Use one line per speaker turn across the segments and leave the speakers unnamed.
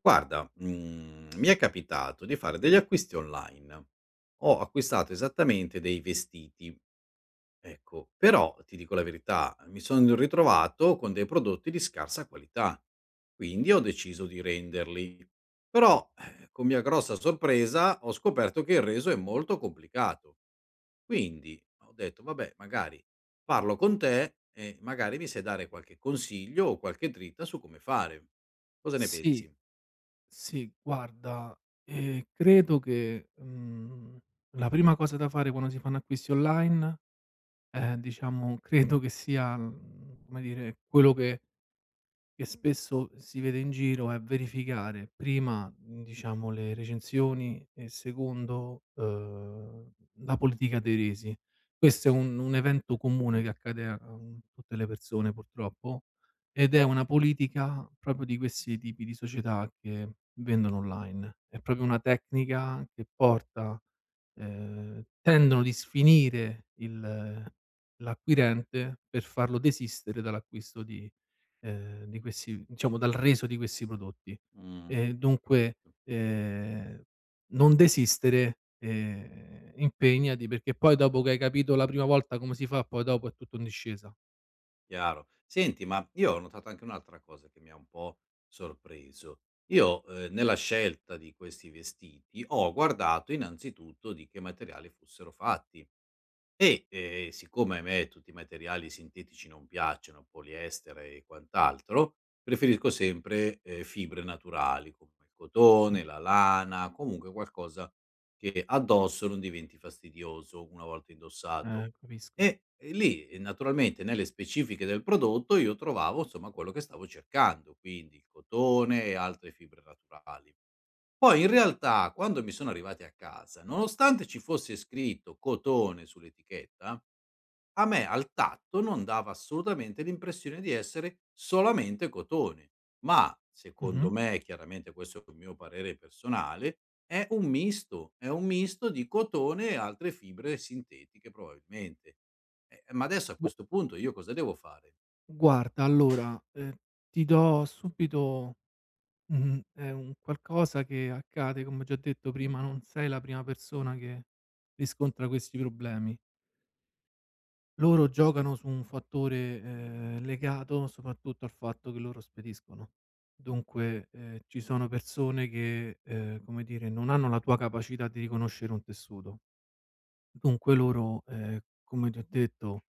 Guarda, mi è capitato di fare degli acquisti online. Ho acquistato esattamente dei vestiti, ecco, però ti dico la verità, mi sono ritrovato con dei prodotti di scarsa qualità, quindi ho deciso di renderli. Però, con mia grossa sorpresa, ho scoperto che il reso è molto complicato. Quindi ho detto: "Vabbè, magari parlo con te e magari mi sai dare qualche consiglio o qualche dritta su come fare." Cosa ne
Sì,
pensi?
sì, guarda, credo che, la prima cosa da fare quando si fanno acquisti online è, diciamo credo che sia, come dire, quello che spesso si vede in giro è verificare prima, diciamo le recensioni, e secondo, la politica dei resi. Questo è un evento comune che accade a tutte le persone purtroppo, ed è una politica proprio di questi tipi di società che vendono online. È proprio una tecnica che porta, tendono di sfinire il l'acquirente per farlo desistere dall'acquisto di questi, diciamo, dal reso di questi prodotti. Ehm,
Ho cap
dunque, ehm, non desistere, impegnati, perché poi dopo che hai capito la prima volta come si fa, poi dopo è tutto in discesa.
chiaro. Senti, ma io ho notato anche un'altra cosa che mi ha un po' sorpreso. Io, nella scelta di questi vestiti ho guardato innanzitutto di che materiali fossero fatti. E, siccome a me tutti i materiali sintetici non piacciono, poliestere e quant'altro, preferisco sempre, fibre naturali come il
Sì.
cotone, la lana, comunque qualcosa che addosso non diventi fastidioso una volta indossato.
Capisco.
E lì, naturalmente nelle specifiche del prodotto io trovavo, insomma, quello che stavo cercando, quindi il cotone e altre fibre naturali. Poi in realtà quando mi sono arrivati a casa, nonostante ci fosse scritto cotone sull'etichetta, a me al tatto non dava assolutamente l'impressione di essere solamente cotone, ma secondo
Mh-mh.
me, chiaramente questo è un mio parere personale, è un misto di cotone e altre fibre sintetiche probabilmente. Ma adesso a
Gu
questo punto io cosa devo fare?
guarda allora, ti do subito. Mh-mh. È un qualcosa che accade, come ho già detto prima, non sei la prima persona che riscontra questi problemi. Loro giocano su un fattore, legato soprattutto al fatto che loro spediscono. Dunque, ci sono persone che, come dire, non hanno la tua capacità di riconoscere un tessuto. Dunque loro, come ti ho detto,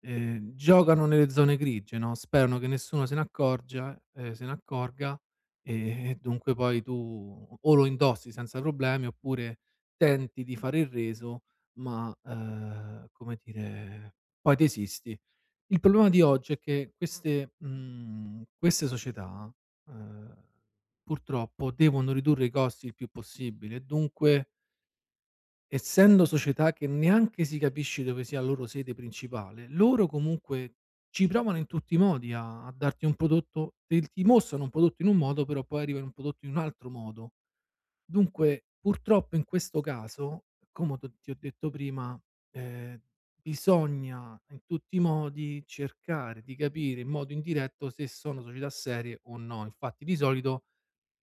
Giocano nelle zone grigie, no, sperano che nessuno se ne accorga, e dunque poi tu o lo indossi senza problemi, oppure tenti di fare il reso, ma, come dire, poi desisti. Il problema di oggi è che queste società, ehm, purtroppo devono ridurre i costi il più possibile. E dunque, essendo società che neanche si capisce dove sia la loro sede principale, loro comunque ci provano in tutti i modi a darti un prodotto. Te ti mostrano un prodotto in un modo, però poi arriva in un prodotto in un altro modo. Dunque, purtroppo in questo caso, come t'ho ti ho detto prima, ehm, bisogna in tutti i modi cercare di capire in modo indiretto se sono società serie o no. Infatti di solito,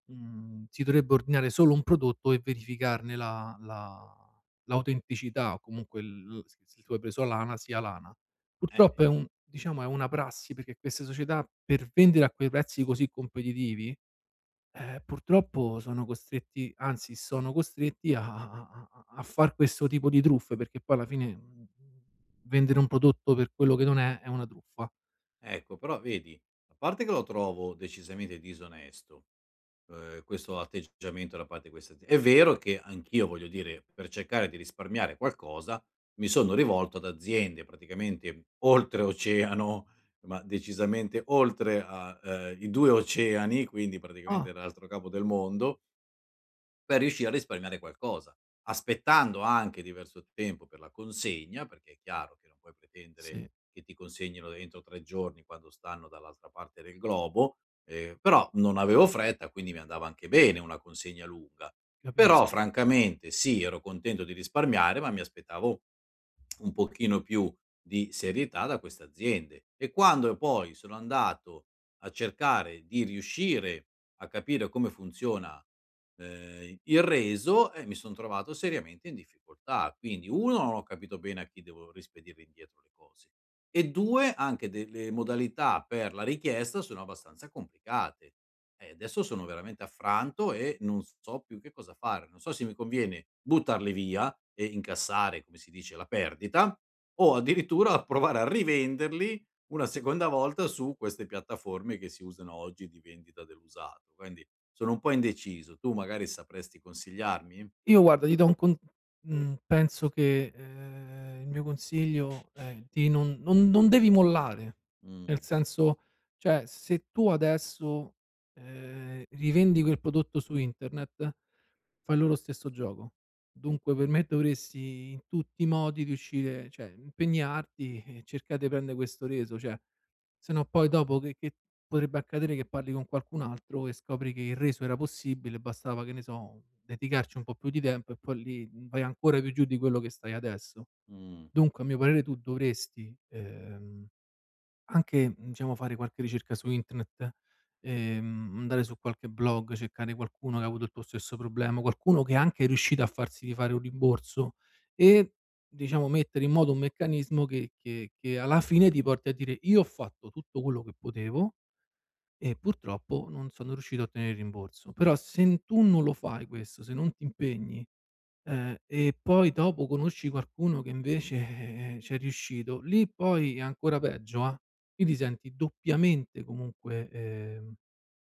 Si dovrebbe ordinare solo un prodotto e verificarne la la l'autenticità, o comunque, il s se tu hai preso lana, sia lana. Purtroppo è un diciamo è una prassi, perché queste società per vendere a quei prezzi così competitivi, purtroppo sono costretti, anzi sono costretti a far questo tipo di truffe, perché poi alla fine, vendere un prodotto per quello che non è, è una truffa.
Ecco, però vedi, a parte che lo trovo decisamente disonesto, questo atteggiamento da parte di queste azi è vero che anch'io, voglio dire, per cercare di risparmiare qualcosa, mi sono rivolto ad aziende praticamente oltreoceano, ma decisamente oltre a, i 2 oceani, quindi
Ah,
praticamente l'altro capo del mondo, per riuscire a risparmiare qualcosa, aspettando anche diverso tempo per la consegna, perché è chiaro che non puoi pretendere
sì,
che ti consegnino entro 3 giorni quando stanno dall'altra parte del globo, però non avevo fretta, quindi mi andava anche bene una consegna lunga. Però
capisco.
francamente sì, ero contento di risparmiare, ma mi aspettavo un pochino più di serietà da queste aziende. E quando poi sono andato a cercare di riuscire a capire come funziona il reso e mi son trovato seriamente in difficoltà. Quindi 1 non ho capito bene a chi devo rispedire indietro le cose e 2 anche delle modalità per la richiesta sono abbastanza complicate. Adesso sono veramente affranto e non so più che cosa fare. Non so se mi conviene buttarle via e incassare, come si dice, la perdita o addirittura provare a rivenderli una seconda volta su queste piattaforme che si usano oggi di vendita dell'usato. Quindi sono un po' indeciso. Tu magari sapresti consigliarmi?
Io, guarda, ti do un con mhmm, penso che, il mio consiglio è di non devi mollare,
Mh,
nel senso, cioè, se tu adesso, rivendi quel prodotto su internet, fai lo stesso gioco. Dunque per me dovresti in tutti i modi riuscire, cioè impegnarti, e cercare di prendere questo reso. Cioè, se no, poi dopo che potrebbe accadere che parli con qualcun altro e scopri che il reso era possibile, bastava, che ne so, dedicarci un po' più di tempo, e poi lì vai ancora più giù di quello che stai adesso.
mh,
Dunque, a mio parere, tu dovresti, anche, diciamo, fare qualche ricerca su internet, andare su qualche blog, cercare qualcuno che ha avuto il tuo stesso problema, qualcuno che anche è anche riuscito a farsi rifare un rimborso, e, diciamo, mettere in moto un meccanismo che alla fine ti porti a dire: "Io ho fatto tutto quello che potevo, e purtroppo non sono riuscito a ottenere il rimborso". Però se tu non lo fai questo, se non ti impegni, e poi dopo conosci qualcuno che invece, c'è riuscito, lì poi è ancora peggio, lì ti senti doppiamente, comunque,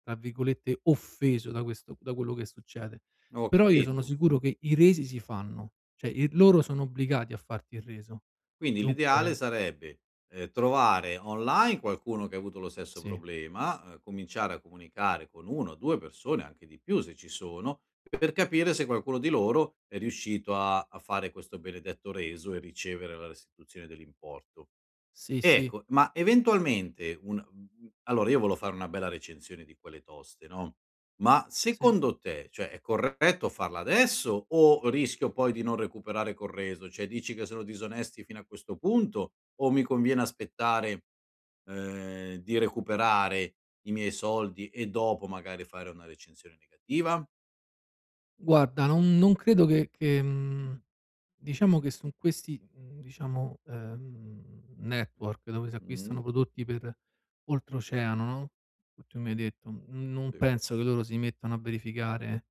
tra virgolette "offeso" da questo, da quello che succede.
ho
Però io sono
capito.
sicuro che i resi si fanno, cioè i loro sono obbligati a farti il reso.
Quindi l'ideale
Dunque
sarebbe, trovare online qualcuno che ha avuto lo stesso
sì,
problema, cominciare a comunicare con 1, 2 persone, anche di più se ci sono, per capire se qualcuno di loro è riuscito a fare questo benedetto reso e ricevere la restituzione dell'importo.
sì, sì,
Ecco, ma eventualmente allora io volevo fare una bella recensione di quelle toste, no, ma
sì.
secondo te, cioè, è corretto farla adesso o rischio poi di non recuperare col reso? Cioè, dici che sono disonesti fino a questo punto o mi conviene aspettare, di recuperare i miei soldi e dopo magari fare una recensione negativa?
Guarda, non credo che diciamo che su questi, diciamo, network dove si
Mh.
acquistano prodotti per oltreoceano, no, che tu mi hai detto, n non penso che loro si mettano a verificare,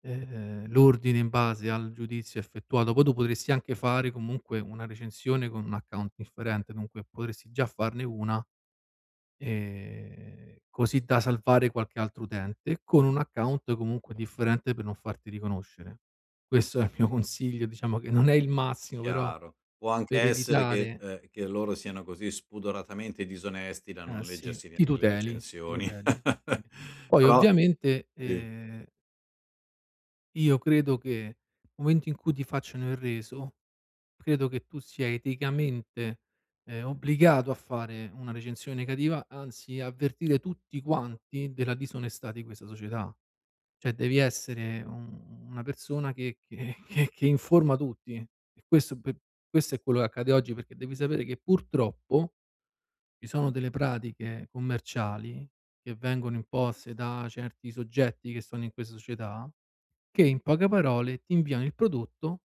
l'ordine in base al giudizio effettuato. Poi tu potresti anche fare comunque una recensione con un account differente, dunque potresti già farne una, così da salvare qualche altro utente, con un account comunque differente, per non farti riconoscere. Questo è il mio consiglio, diciamo che non è il massimo, però,
Chiaro. Può anche
per
essere
evitare...
che loro siano così spudoratamente disonesti da
Eh
non
sì,
leggersi neanche le
ti
recensioni.
tuteli, sì. Poi
Però
ovviamente,
sì,
io credo che nel momento in cui ti facciano il reso, credo che tu sia eticamente, obbligato a fare una recensione negativa, anzi avvertire tutti quanti della disonestà di questa società. Cioè devi essere un una persona che che informa tutti. E questo è quello che accade oggi, perché devi sapere che purtroppo ci sono delle pratiche commerciali che vengono imposte da certi soggetti che sono in questa società, che in poche parole ti inviano il prodotto,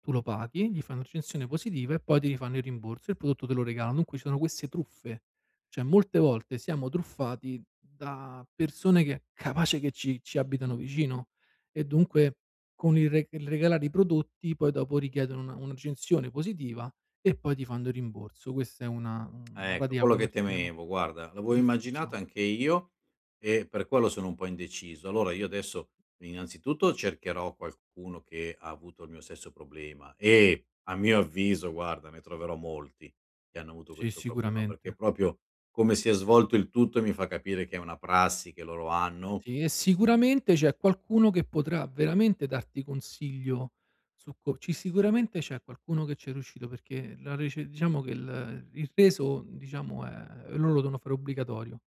tu lo paghi, gli fai una recensione positiva e poi ti rifanno il rimborso e il prodotto te lo regalano. Dunque ci sono queste truffe. Cioè molte volte siamo truffati da persone che capace che ci abitano vicino, e dunque con il regalare i prodotti poi dopo richiedono una recensione positiva e poi ti fanno il rimborso. Questa è una
ecco,
pratica
quello che
commerciale molto
temevo, guarda, l'avevo
diffusa.
immaginato anche io e per quello sono un po' indeciso. Allora io adesso innanzitutto cercherò qualcuno che ha avuto il mio stesso problema e, a mio avviso, guarda, ne troverò molti che hanno avuto
Sì,
questo problema, perché
sicuramente.
proprio come si è svolto il tutto mi fa capire che è una prassi che loro hanno.
Sì, e sicuramente c'è qualcuno che potrà veramente darti consiglio, su co ci sicuramente c'è qualcuno che c'è riuscito, perché la rece diciamo che il reso, diciamo, è loro lo devono fare obbligatorio.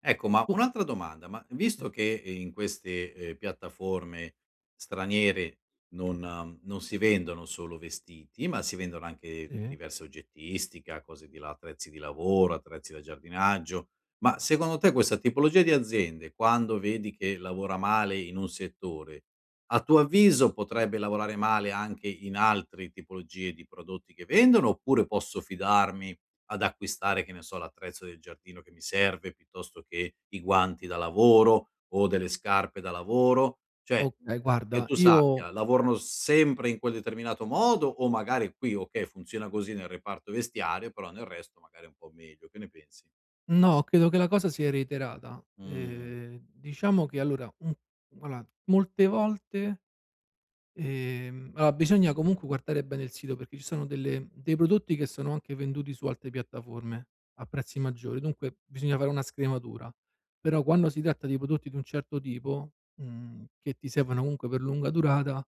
Ecco, ma
O
un'altra domanda, ma
sì, sì.
visto che in queste, piattaforme straniere non non si vendono solo vestiti, ma si vendono anche
Sì?
diverse oggettistica, cose di la attrezzi di lavoro, attrezzi da giardinaggio, ma secondo te questa tipologia di aziende, quando vedi che lavora male in un settore, a tuo avviso potrebbe lavorare male anche in altri tipologie di prodotti che vendono, oppure posso fidarmi ad acquistare, che ne so, l'attrezzo del giardino che mi serve, piuttosto che i guanti da lavoro o delle scarpe da lavoro. Cioè,
Okay,
che
guarda,
tu
io
sappia, lavorano sempre in quel determinato modo o magari qui, okay, funziona così nel reparto vestiario, però nel resto magari è un po' meglio. Che ne pensi?
no, credo che la cosa sia reiterata.
Mh,
Diciamo che allora, mhmm, allora molte volte allora bisogna comunque guardare bene il sito, perché ci sono delle dei prodotti che sono anche venduti su altre piattaforme a prezzi maggiori, dunque bisogna fare una scrematura. Però quando si tratta di prodotti di un certo tipo, che ti servono comunque per lunga durata,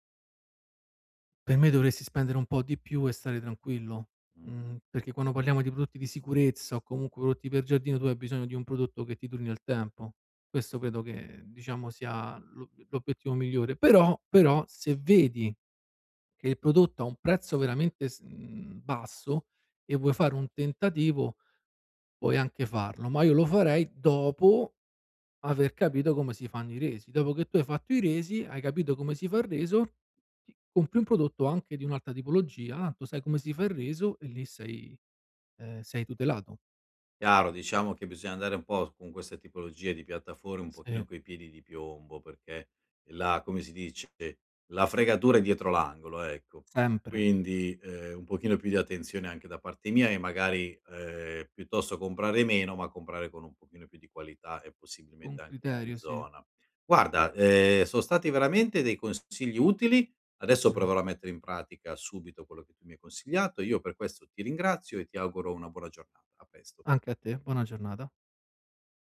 per me dovresti spendere un po' di più e stare tranquillo,
mh.
perché quando parliamo di prodotti di sicurezza, o comunque prodotti per giardino, tu hai bisogno di un prodotto che ti duri nel tempo. Questo credo che, diciamo, sia l'obiettivo migliore. Però se vedi che il prodotto ha un prezzo veramente basso, e vuoi fare un tentativo, puoi anche farlo, ma io lo farei dopo aver capito come si fanno i resi. Dopo che tu hai fatto i resi, hai capito come si fa il reso, ti compri un prodotto anche di un'altra tipologia, ah, tanto sai come si fa il reso e lì sei, sei tutelato.
Chiaro, diciamo che bisogna andare un po' con queste tipologie di piattaforme un pochino
Sì,
coi piedi di piombo, perché la come si dice, la fregatura è dietro l'angolo, ecco.
sempre,
Quindi, un pochino più di attenzione anche da parte mia e magari, piuttosto comprare meno, ma comprare con un pochino più di qualità e
con
possibilmente anche in
criterio, sì.
zona. Guarda, son stati veramente dei consigli utili, adesso proverò a
Grazie.
mettere in pratica subito quello che tu mi hai consigliato. Io per questo ti ringrazio e ti auguro una buona giornata. A presto.
Anche a te, buona giornata.